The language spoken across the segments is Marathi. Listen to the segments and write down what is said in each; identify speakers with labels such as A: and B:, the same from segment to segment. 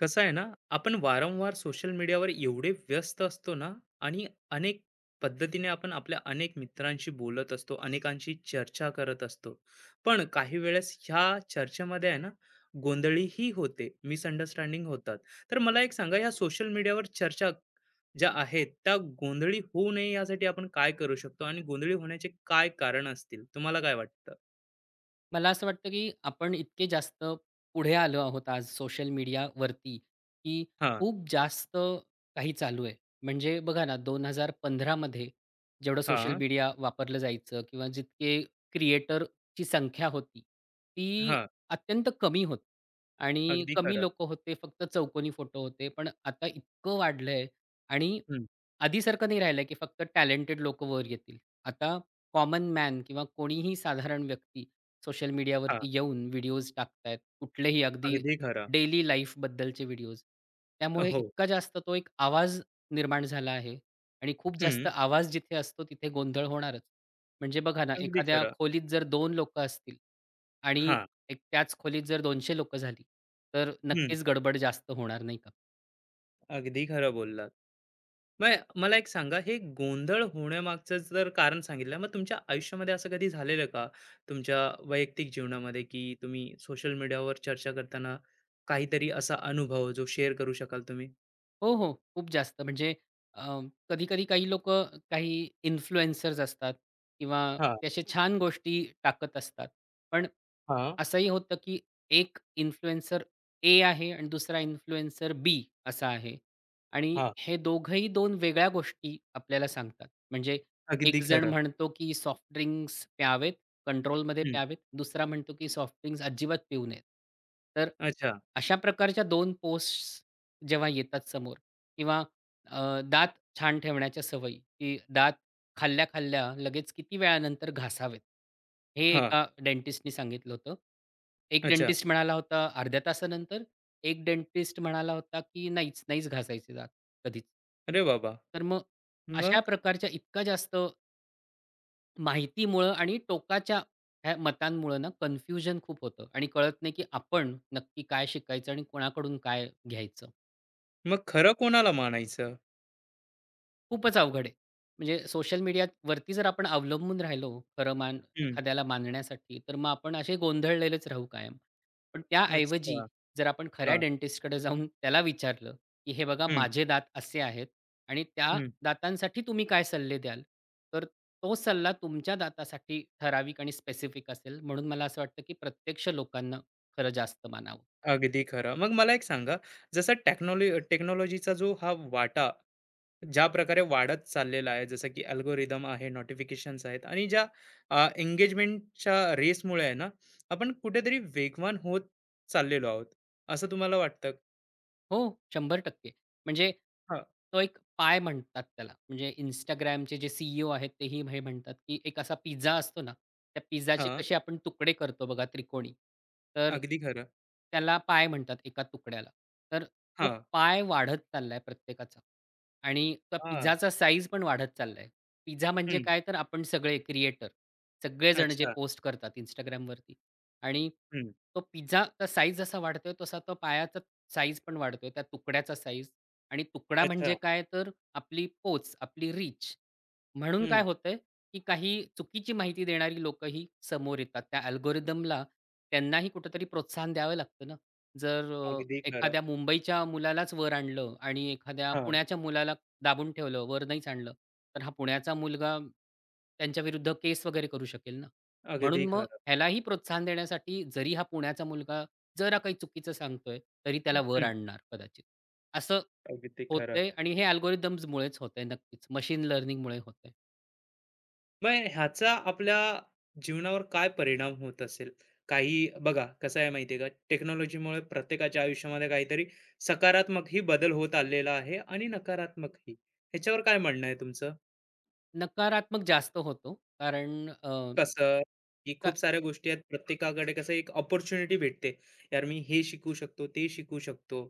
A: कसं आहे ना. आपण वारंवार सोशल मीडियावर एवढे व्यस्त असतो ना आणि अनेक पद्धतीने आपण आपल्या अनेक मित्रांशी बोलत असतो, अनेकांशी चर्चा करत असतो. पण काही वेळेस ह्या चर्चेमध्ये आहे ना, गोंधळीही होते, मिसअंडरस्टँडिंग होतात. तर मला एक सांगा, या सोशल मीडियावर चर्चा ज्या आहेत त्या गोंधळी होऊ नये यासाठी आपण काय करू शकतो आणि गोंधळी होण्याचे काय कारण असतील, तुम्हाला काय वाटतं?
B: मला असं वाटतं, की आपण इतके जास्त पुढे आलो आहोत आज सोशल मीडियावरती, की
A: हा.
B: खूप जास्त काही चालू आहे. म्हणजे बघा ना, 2015 मध्ये जेवढं सोशल
A: हा.
B: मीडिया वापरलं जायचं किंवा जितके क्रिएटरची संख्या होती, ती
A: हा.
B: अत्यंत कमी होती आणि
A: अगदी
B: कमी
A: खरं.
B: लोकं होते. फक्त चौकोनी फोटो होते. पण आता इतकं वाढलंय आणि
A: हम्म.
B: आधीसारखं नाही राहिलं की फक्त टॅलेंटेड लोकं वर येतील. आता कॉमन मॅन किंवा कोणीही साधारण व्यक्ती सोशल
A: हा.
B: मीडियावरती येऊन व्हिडिओज टाकतायत. कुठलेही अगदी
A: अगदी खरं.
B: डेली लाईफबद्दलचे व्हिडिओज. त्यामुळे
A: हो.
B: इतका जास्त तो एक आवाज निर्माण झाला आहे आणि खूप जास्त
A: हम्म.
B: आवाज जिथे असतो तिथे गोंधळ होणारच. म्हणजे बघा ना,
A: अगदी
B: एखाद्या
A: खरं.
B: खोलीत जर 2 लोकं असतील आणि
A: हां.
B: एक त्याच खोलीत जर 200 लोकं झाली, तर
A: हं.
B: नक्कीच गडबड जास्त होणार नाही का?
A: अगदी खरं बोललात. मग मला एक सांगा, हे गोंधळ होण्यामागचं जर कारण सांगितलं, मग तुमच्या आयुष्यामध्ये असं कधी झालेलं का? तुमच्या वैयक्तिक जीवनामध्ये, की तुम्ही सोशल मीडियावर चर्चा करताना काहीतरी असा अनुभव जो शेअर करू शकाल तुम्ही?
B: हो, हो. खूप जास्त म्हणजे कधी-कधी काही लोकं काही इन्फ्लुएन्सर्स असतात किंवा
A: हां.
B: ते असे छान गोष्टी टाकत असतात. पण
A: हां.
B: असंही होतं, की एक इन्फ्लुएन्सर ए आहे आणि दुसरा इन्फ्लुएन्सर बी असा आहे. आणि
A: हां.
B: हे दोघंही दोन वेगळ्या गोष्टी आपल्याला सांगतात. म्हणजे
A: अगदी
B: एक जण
A: खरं.
B: म्हणतो, की सॉफ्ट ड्रिंक्स प्यावेत, कंट्रोलमध्ये
A: हं.
B: प्यावेत. दुसरा म्हणतो, की सॉफ्ट ड्रिंक्स अजिबात पिऊ नयेत. तर
A: अच्छा.
B: अशा प्रकारच्या 2 पोस्ट्स जेव्हा येतात समोर किंवा दात छान ठेवण्याच्या सवयी, की दात खाल्ल्या-खाल्ल्या लगेच किती वेळानंतर घासावेत. हे
A: हां.
B: एका डेंटिस्टनी सांगितलं होतं. एक
A: अच्छा.
B: डेंटिस्ट म्हणाला होता अर्ध्या तासानंतर, एक डेंटिस्ट म्हणाला होता, की नाहीच, नाहीच घासायचे दात कधीच.
A: अरे बाबा!
B: तर मग अशा
A: मग?
B: प्रकारच्या इतका जास्त माहितीमुळं आणि टोकाच्या ह्या मतांमुळं ना कन्फ्युजन खूप होतं आणि कळत नाही, की आपण नक्की काय शिकायचं आणि कोणाकडून काय घ्यायचं?
A: मग खरं कोणाला मानायचं?
B: खूपच अवघड आहे. म्हणजे सोशल मीडियावरती जर आपण अवलंबून राहिलो, खरं मान
A: हं.
B: एखाद्याला मानण्यासाठी, तर मग आपण असे गोंधळलेलेच राहू कायम. पण त्याऐवजी
A: अच्छा.
B: जर आपण खऱ्या
A: हां.
B: डेंटिस्टकडे जाऊन त्याला विचारलं, की "हे बघा
A: हं.
B: माझे दात असे आहेत आणि त्या
A: हं.
B: दातांसाठी तुम्ही काय सल्ले द्याल?" तर तो सल्ला तुमच्या दातासाठी ठराविक आणि स्पेसिफिक असेल. म्हणून मला असं वाटतं, की प्रत्यक्ष लोकांना खरं जास्त मानावं.
A: अगदी खरं. मग मला एक सांगा, जसं टेक्नॉलॉजीचा जो हा वाटा ज्या प्रकारे वाढत चाललेला आहे, जसं की अल्गोरिदम आहे, नोटिफिकेशन्स आहेत आणि ज्या एंगेजमेंटच्या रेसमुळे आहे ना, आपण कुठेतरी वेगवान होत चाललेलो आहोत, असं तुम्हाला वाटतं?
B: हो, 100% म्हणजे
A: हां.
B: तो एक पाय म्हणतात त्याला. म्हणजे Instagramचे जे सी-ई-ओ आहेत तेही हे म्हणतात, की एक असा पिझ्झा असतो ना, त्या पिझ्झाचे
A: हां.
B: कसे आपण तुकडे करतो बघा त्रिकोणी. तर
A: अगदी खरं.
B: त्याला पाय म्हणतात एका तुकड्याला. तर तो
A: हां.
B: पाय वाढत चाललाय प्रत्येकाचा आणि त्या
A: हां.
B: पिझ्झाचा साईज पण वाढत चाललाय. पिझ्झा म्हणजे
A: हं.
B: काय तर आपण सगळे क्रिएटर, सगळेजण जे
A: अच्छा.
B: पोस्ट करतात Instagramवरती आणि
A: हं.
B: तो पिझ्झाचा साईज जसा वाढतोय तसा तो पायाचा साईज पण वाढतोय, त्या तुकड्याचा साईज आणि तुकडा
A: अच्छा.
B: म्हणजे काय तर आपली पोच, आपली रीच. म्हणून काय
A: हं.
B: होतंय, की काही चुकीची माहिती देणारी लोकंही समोर येतात. त्या अल्गोरिदमला त्यांनाही कुठेतरी प्रोत्साहन द्यावं लागतं ना. जर
A: अगदी खरं.
B: एखाद्या मुंबईच्या मुलालाच वर आणलं आणि एखाद्या
A: हां.
B: पुण्याच्या मुलाला दाबून ठेवलं, वर नाहीच आणलं, तर हा पुण्याचा मुलगा त्यांच्याविरुद्ध केस वगैरे करू शकेल ना.
A: अगदी
B: म्हणून मग
A: खरं.
B: ह्यालाही प्रोत्साहन देण्यासाठी जरी हा पुण्याचा मुलगा जरा काही चुकीचं सांगतोय, तरी त्याला वर
A: हं.
B: आणणार कदाचित. असं
A: अगदी खरं.
B: होतंय आणि हे अल्गोरिदम्समुळेच होतंय नक्कीच. मशीन लर्निंगमुळे होतंय.
A: मग ह्याचा आपल्या जीवनावर काय परिणाम होत असेल? काही बघा कसं आहे माहिती आहे का, टेक्नॉलॉजीमुळे प्रत्येकाच्या आयुष्यामध्ये काहीतरी सकारात्मकही बदल होत आलेला आहे आणि नकारात्मकही. ह्याच्यावर काय म्हणणं आहे तुमचं?
B: नकारात्मक जास्त होतो. कारण
A: कसं, की खूप साऱ्या गोष्टी आहेत प्रत्येकाकडे, कसं एक अपॉर्च्युनिटी भेटते. यार मी हे शिकू शकतो, ते शिकू शकतो.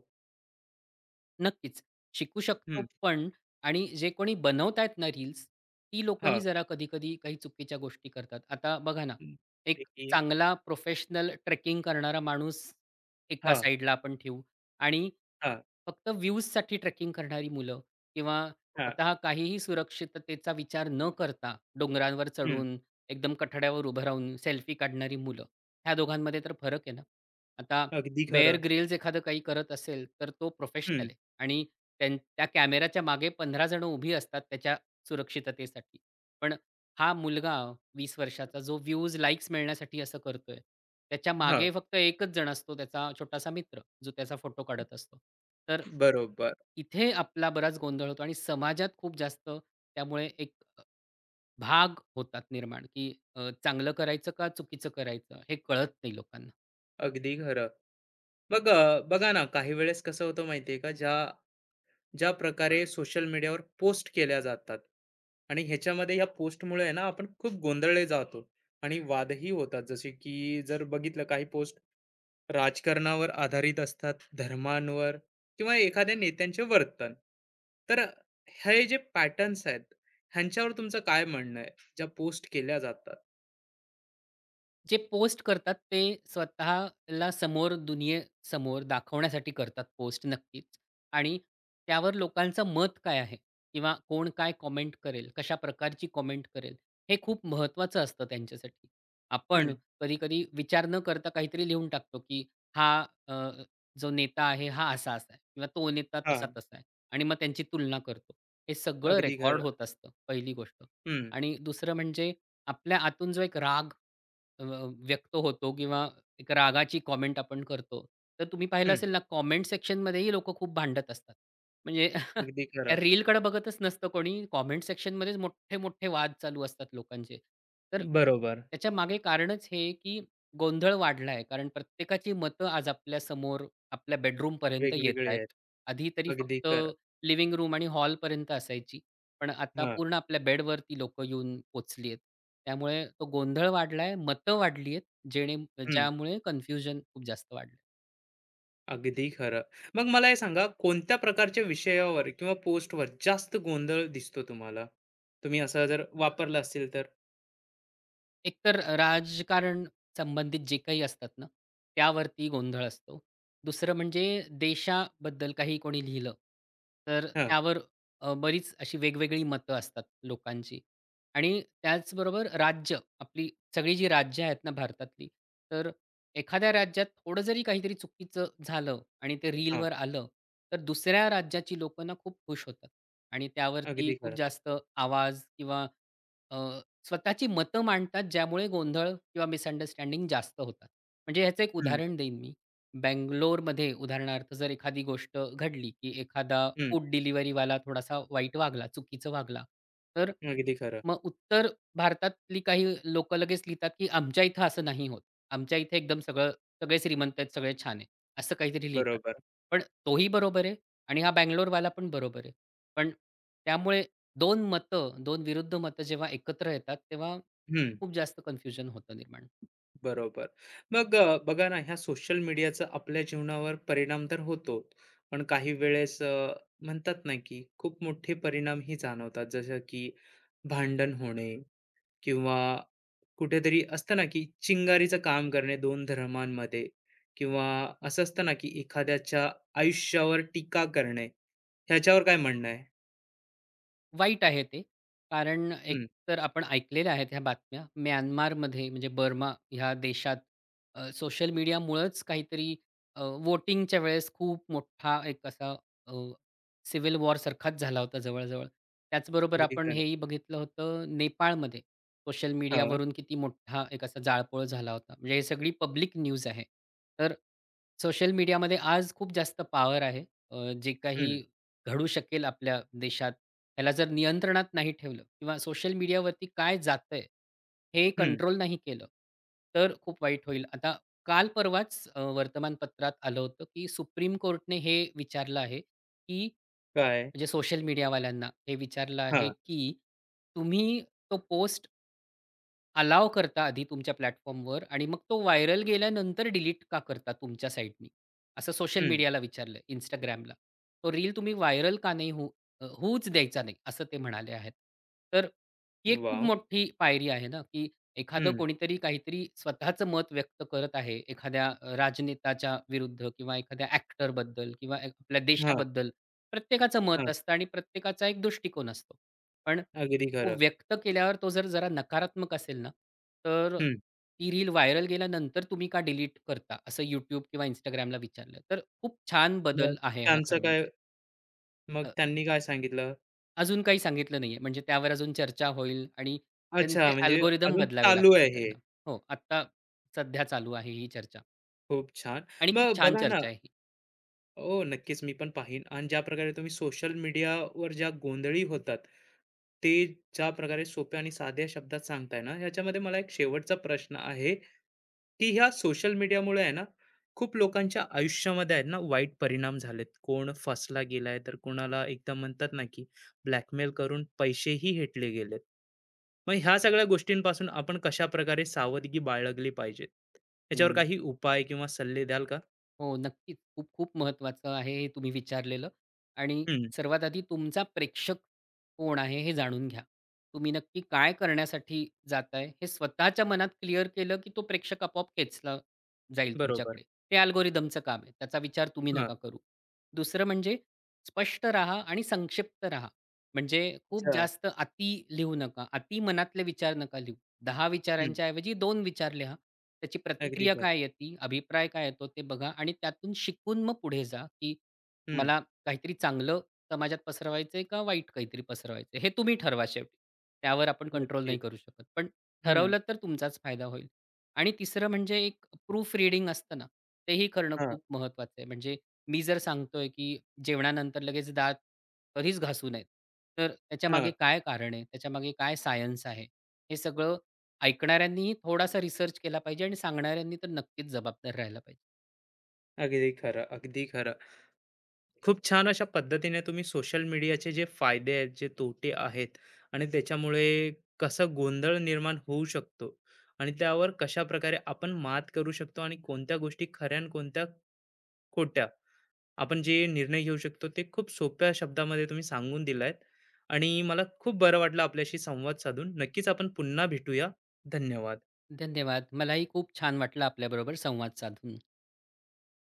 B: नक्कीच. शिकू शकतो
A: हं.
B: पण आणि जे कोणी बनवतायत ना रील्स, ती लोकंही
A: हां.
B: जरा कधी-कधी काही चुकीच्या गोष्टी करतात. आता बघा ना,
A: हं. ते
B: एक
A: की
B: चांगला प्रोफेशनल ट्रेकिंग करणारा माणूस एका
A: हां.
B: साइडला आपण ठेवू आणि
A: हां.
B: फक्त व्ह्यूजसाठी ट्रेकिंग करणारी मुलं किंवा
A: हां.
B: स्वतः काहीही सुरक्षिततेचा विचार न करता डोंगरांवर
A: हं.
B: चढून, एकदम कठड्यावर उभं राहून सेल्फी काढणारी मुलं, ह्या दोघांमध्ये तर फरक आहे ना. आता
A: अगदी
B: बेअर
A: खरं.
B: ग्रिल्स एखादं काही करत असेल, तर तो प्रोफेशनल
A: हं.
B: आहे. आणि त्या कॅमेराच्या मागे 15 जण उभी असतात त्याच्या सुरक्षिततेसाठी. पण हा मुलगा 20 वर्षाचा जो व्ह्यूज, लाइक्स मिळण्यासाठी असं करतोय. त्याच्या
A: हां.
B: मागे फक्त एकच जण असतो त्याचा छोटासा मित्र, जो त्याचा फोटो काढत असतो. तर
A: बरोबर.
B: इथे आपला बराच गोंधळ होतो आणि समाजात खूप जास्त त्यामुळे एक भाग होतात निर्माण, की चांगलं करायचं का चुकीचं करायचं हे कळत नाही लोकांना.
A: अगदी खरं. मग बघा ना, काही वेळेस कसं होतं माहिती आहे का, ज्या ज्या प्रकारे सोशल मीडियावर पोस्ट केल्या जातात आणि ह्याच्यामध्ये ह्या पोस्टमुळे आहे ना, आपण खूप गोंधळले जातो आणि वादही होतात. जसे की जर बघितलं काही पोस्ट राजकारणावर आधारित असतात, धर्मांवर किंवा एखाद्या नेत्यांचे वर्तन. तर हे जे पॅटर्न्स आहेत, ह्यांच्यावर तुमचं काय म्हणणं आहे, ज्या पोस्ट केल्या जातात?
B: जे पोस्ट करतात ते स्वतःला समोर दुनियेसमोर दाखवण्यासाठी करतात पोस्ट नक्कीच आणि त्यावर लोकांचं मत काय आहे किंवा कोण काय कॉमेंट करेल, कशा प्रकारची कॉमेंट करेल, हे खूप महत्त्वाचं असतं त्यांच्यासाठी. आपण
A: हं.
B: कधी-कधी विचार न करता काहीतरी लिहून टाकतो, की हा अ, जो नेता आहे हा असा-असा आहे किंवा तो नेता
A: हां.
B: तसा-तसा आहे आणि मग त्यांची तुलना करतो. हे सगळं
A: अगदी खरं.
B: रेकॉर्ड होत असतं पहिली गोष्ट
A: हं.
B: आणि दुसरं म्हणजे आपल्या आतून जो एक राग अ, व्यक्त होतो किंवा एक रागाची कॉमेंट आपण करतो. तर तुम्ही पाहिलं
A: हं.
B: असेल ना, कॉमेंट सेक्शनमध्येही लोकं खूप भांडत असतात. म्हणजे
A: अगदी
B: त्या
A: खरं.
B: रीलकडे बघतच नसतं कोणी. कॉमेंट सेक्शनमध्येच मोठे-मोठे वाद चालू असतात लोकांचे. तर
A: बरोबर.
B: त्याच्यामागे कारणच हे, की गोंधळ वाढला आहे. कारण प्रत्येकाची मतं आज आपल्यासमोर, आपल्या बेडरूमपर्यंत येत
A: वेगवेगळे
B: आहेत.
A: आहेत.
B: आधी तरी
A: अगदी
B: फक्त
A: खरं.
B: लिव्हिंग रूम आणि हॉलपर्यंत असायची. पण आता
A: हां.
B: पूर्ण आपल्या बेडवरती लोकं येऊन पोहोचली आहेत. त्यामुळे तो गोंधळ वाढलाय, मतं वाढली आहेत, जेणे
A: हं.
B: ज्यामुळे कन्फ्युजन खूप जास्त वाढलं.
A: अगदी खरं. मग मला हे सांगा, कोणत्या प्रकारच्या विषयावर किंवा पोस्टवर जास्त गोंधळ दिसतो तुम्हाला? तुम्ही असा जर वापरला असेल तर?
B: एकतर राजकारण संबंधित जे काही असतात ना, त्यावरती गोंधळ असतो. दुसरं म्हणजे देशाबद्दल काही कोणी लिहिलं, तर
A: हां.
B: त्यावर बरीच अशी वेगवेगळी मतं असतात लोकांची. आणि त्याचबरोबर राज्य, आपली सगळी जी राज्य आहेत ना भारतातली, तर एखाद्या राज्यात थोडं जरी काहीतरी चुकीचं झालं आणि ते
A: हां.
B: रीलवर आलं, तर दुसऱ्या राज्याची लोकं ना खूप खुश होतात आणि त्यावरती
A: अगदी
B: खूप
A: खरं.
B: जास्त आवाज किंवा स्वतःची मतं मांडतात, ज्यामुळे गोंधळ किंवा मिसअंडरस्टँडिंग जास्त होतात. म्हणजे ह्याचं एक
A: हं.
B: उदाहरण देईन मी. बंगलोरमध्ये उदाहरणार्थ जर एखादी गोष्ट घडली, की एखादा
A: हं.
B: फूड डिलिव्हरीवाला थोडासा वाईट वागला, चुकीचं वागला, तर
A: अगदी खरं.
B: मग उत्तर भारतातली काही लोकं लगेच लिहितात, की आमच्या इथं असं नाही होत. आमच्या इथे एकदम सगळे श्रीमंत आहेत, सगळे छान आहे. असं काहीतरी लिहितात.
A: बरोबर.
B: पण तोही बरोबर आहे आणि हा बंगलोरवाला पण बरोबर आहे. पण त्यामुळे दोन मतं, दोन विरुद्ध मतं जेव्हा एकत्र येतात, तेव्हा
A: हं.
B: खूप जास्त कन्फ्युजन होतं निर्माण.
A: बरोबर. मग बघा ना, ह्या सोशल मीडियाचा आपल्या जीवनावर परिणाम तर होतो. पण काही वेळेस म्हणतात ना, की खूप मोठे परिणामही जाणवतात. जसं की भांडण होणे किंवा कुठेतरी असतं ना, की चिंगारीचं काम करणे दोन धर्मांमध्ये, किंवा असं असतं ना, की एखाद्याच्या आयुष्यावर टीका करणे. ह्याच्यावर काय म्हणणं आहे?
B: वाईट आहे ते. कारण
A: हं.
B: एकतर आपण ऐकलेल्या आहेत ह्या बातम्या. म्यानमारमध्ये म्हणजे बर्मा ह्या देशात सोशल मीडियामुळेच काहीतरी व्होटिंगच्या वेळेस खूप मोठा एक असा अ, सिव्हिल वॉरसारखाच झाला होता जवळ त्याचबरोबर
A: अगदी
B: आपण
A: खरं.
B: हेही बघितलं होतं नेपाळमध्ये सोशल
A: हां.
B: मीडियावरून किती मोठा एक असा जाळपोळ झाला होता. म्हणजे ही सगळी पब्लिक न्यूज आहे. तर सोशल मीडियामध्ये आज खूप जास्त पॉवर आहे. जे काही
A: हं.
B: घडू शकेल आपल्या देशात, त्याला जर नियंत्रणात नाही ठेवलं किंवा सोशल मीडियावरती काय जातंय, हे
A: हं.
B: कंट्रोल नाही केलं, तर खूप वाईट होईल. आता काल परवाच वर्तमानपत्रात आलं होतं, की सुप्रीम कोर्टने हे विचारलं आहे, की
A: काय?
B: म्हणजे सोशल मीडियावाल्यांना हे विचारलं आहे,
A: हां.
B: की तुम्ही तो पोस्ट अलाव करता आधी तुमच्या प्लॅटफॉर्मवर आणि मग तो व्हायरल गेल्यानंतर डिलीट का करता तुमच्या साईटनी? असं सोशल
A: हं.
B: मीडियाला विचारलं Instagramला. तो रील तुम्ही व्हायरल का नाही होऊच द्यायचा नाही, असं ते म्हणाले आहेत. तर ही एक खूप
A: वॉव!
B: मोठी पायरी आहे ना, की एखादं
A: हं.
B: कोणीतरी काहीतरी स्वतःचं मत व्यक्त करत आहे, एखाद्या राजनेताच्या विरुद्ध किंवा एखाद्या ॲक्टरबद्दल किंवा आपल्या
A: हां.
B: देशाबद्दल. प्रत्येकाचं मत
A: हां.
B: असतं आणि प्रत्येकाचा एक दृष्टिकोन असतो. पण
A: अगदी
B: तो
A: खरं.
B: व्यक्त केल्यावर तो जर जरा नकारात्मक असेल ना, तर
A: हं.
B: ती रील व्हायरल गेल्यानंतर तुम्ही का डिलीट करता? असं YouTube किंवा Instagramला विचारलं, तर खूप छान
A: मग
B: बदल आहे हा
A: त्यांचं
B: खरं
A: काय,
B: म्हणजे.
A: मग
B: अ,
A: त्यांनी काय सांगितलं?
B: अजून काही सांगितलं नाहीये, म्हणजे त्यावर अजून चर्चा होईल आणि
A: अच्छा,
B: त्यांचे
A: म्हणजे
B: अल्गोरिदम
A: अजून
B: बदलावे
A: चालू आहे
B: लागतील
A: हे.
B: त्यांना. हो, आत्ता सध्या चालू आहे ही चर्चा
A: खूप छान.
B: आणि खूप
A: मग
B: छान
A: बघा ना,
B: चर्चा आहे ही.
A: हो, नक्कीच मी पण पाहीन. आणि ज्या प्रकारे तुम्ही सोशल मीडियावर ज्या गोंधळी होतात, ते ज्या प्रकारे सोप्या आणि साध्या शब्दात सांगताय ना, ह्याच्यामध्ये मला एक शेवटचा प्रश्न आहे, की ह्या सोशल मीडियामुळे आहे ना, खूप लोकांच्या आयुष्यामध्ये आहेत ना, वाईट परिणाम झालेत. कोण फसला गेलाय, तर कोणाला एकदम म्हणतात ना, की ब्लॅकमेल करून पैसेही हेटले गेलेत. मग ह्या सगळ्या गोष्टींपासून आपण कशाप्रकारे सावधगी बाळगली पाहिजे? याच्यावर काही उपाय किंवा सल्ले द्याल का?
B: हो, नक्कीच. खूप-खूप महत्त्वाचं आहे हे तुम्ही विचारलेलं आणि
A: हं.
B: सर्वात आधी तुमचा प्रेक्षक कोण आहे हे जाणून घ्या. तुम्ही नक्की काय करण्यासाठी जाताय हे स्वतःच्या मनात क्लिअर केलं, की तो प्रेक्षक आपोआप खेचला जाईल
A: बरोबर.
B: तुमच्याकडे. ते अल्गोरिदमचं काम आहे. त्याचा विचार तुम्ही नका करू. दुसरं म्हणजे स्पष्ट राहा आणि संक्षिप्त राहा. म्हणजे खूप
A: अच्छा.
B: जास्त अति लिहू नका. अति मनातले विचार नका लिहू. 10
A: हं.
B: विचारांच्या ऐवजी दोन विचार लिहा. त्याची
A: अगदी
B: प्रतिक्रिया
A: खरं.
B: काय येते, अभिप्राय काय येतो ते बघा आणि त्यातून शिकून मग पुढे जा, की
A: हं.
B: मला काहीतरी चांगलं समाजात पसरवायचंय का वाईट काहीतरी पसरवायचंय? हे तुम्ही ठरवा शेवटी. त्यावर आपण कंट्रोल नाही
A: नक्कीच.
B: करू शकत. पण
A: हं.
B: ठरवलं तर तुमचाच फायदा होईल. आणि तिसरं म्हणजे एक प्रूफ रीडिंग असतं ना, तेही करणं
A: हां.
B: खूप महत्त्वाचं आहे. म्हणजे मी जर सांगतोय, की जेवणानंतर लगेच दात कधीच घासू नयेत, तर
A: हां.
B: त्याच्यामागे काय कारण आहे? त्याच्यामागे काय सायन्स आहे? हे सगळं ऐकणाऱ्यांनीही थोडासा रिसर्च केला पाहिजे आणि सांगणाऱ्यांनी तर नक्कीच जबाबदार राहायला पाहिजे.
A: अगदी खरं, अगदी खरं. खूप छान अशा पद्धतीने तुम्ही सोशल मीडियाचे जे फायदे आहेत, जे तोटे आहेत आणि त्याच्यामुळे कसा गोंधळ निर्माण होऊ शकतो आणि त्यावर कशा प्रकारे आपण मात करू शकतो आणि कोणत्या गोष्टी खऱ्या आणि कोणत्या खोट्या, आपण जे निर्णय घेऊ शकतो ते खूप सोप्या शब्दामध्ये तुम्ही सांगून दिला आणि मला खूप बरं वाटलं आपल्याशी संवाद साधून. नक्कीच आपण पुन्हा भेटूया. धन्यवाद.
B: धन्यवाद. मलाही खूप छान वाटलं आपल्याबरोबर संवाद साधून.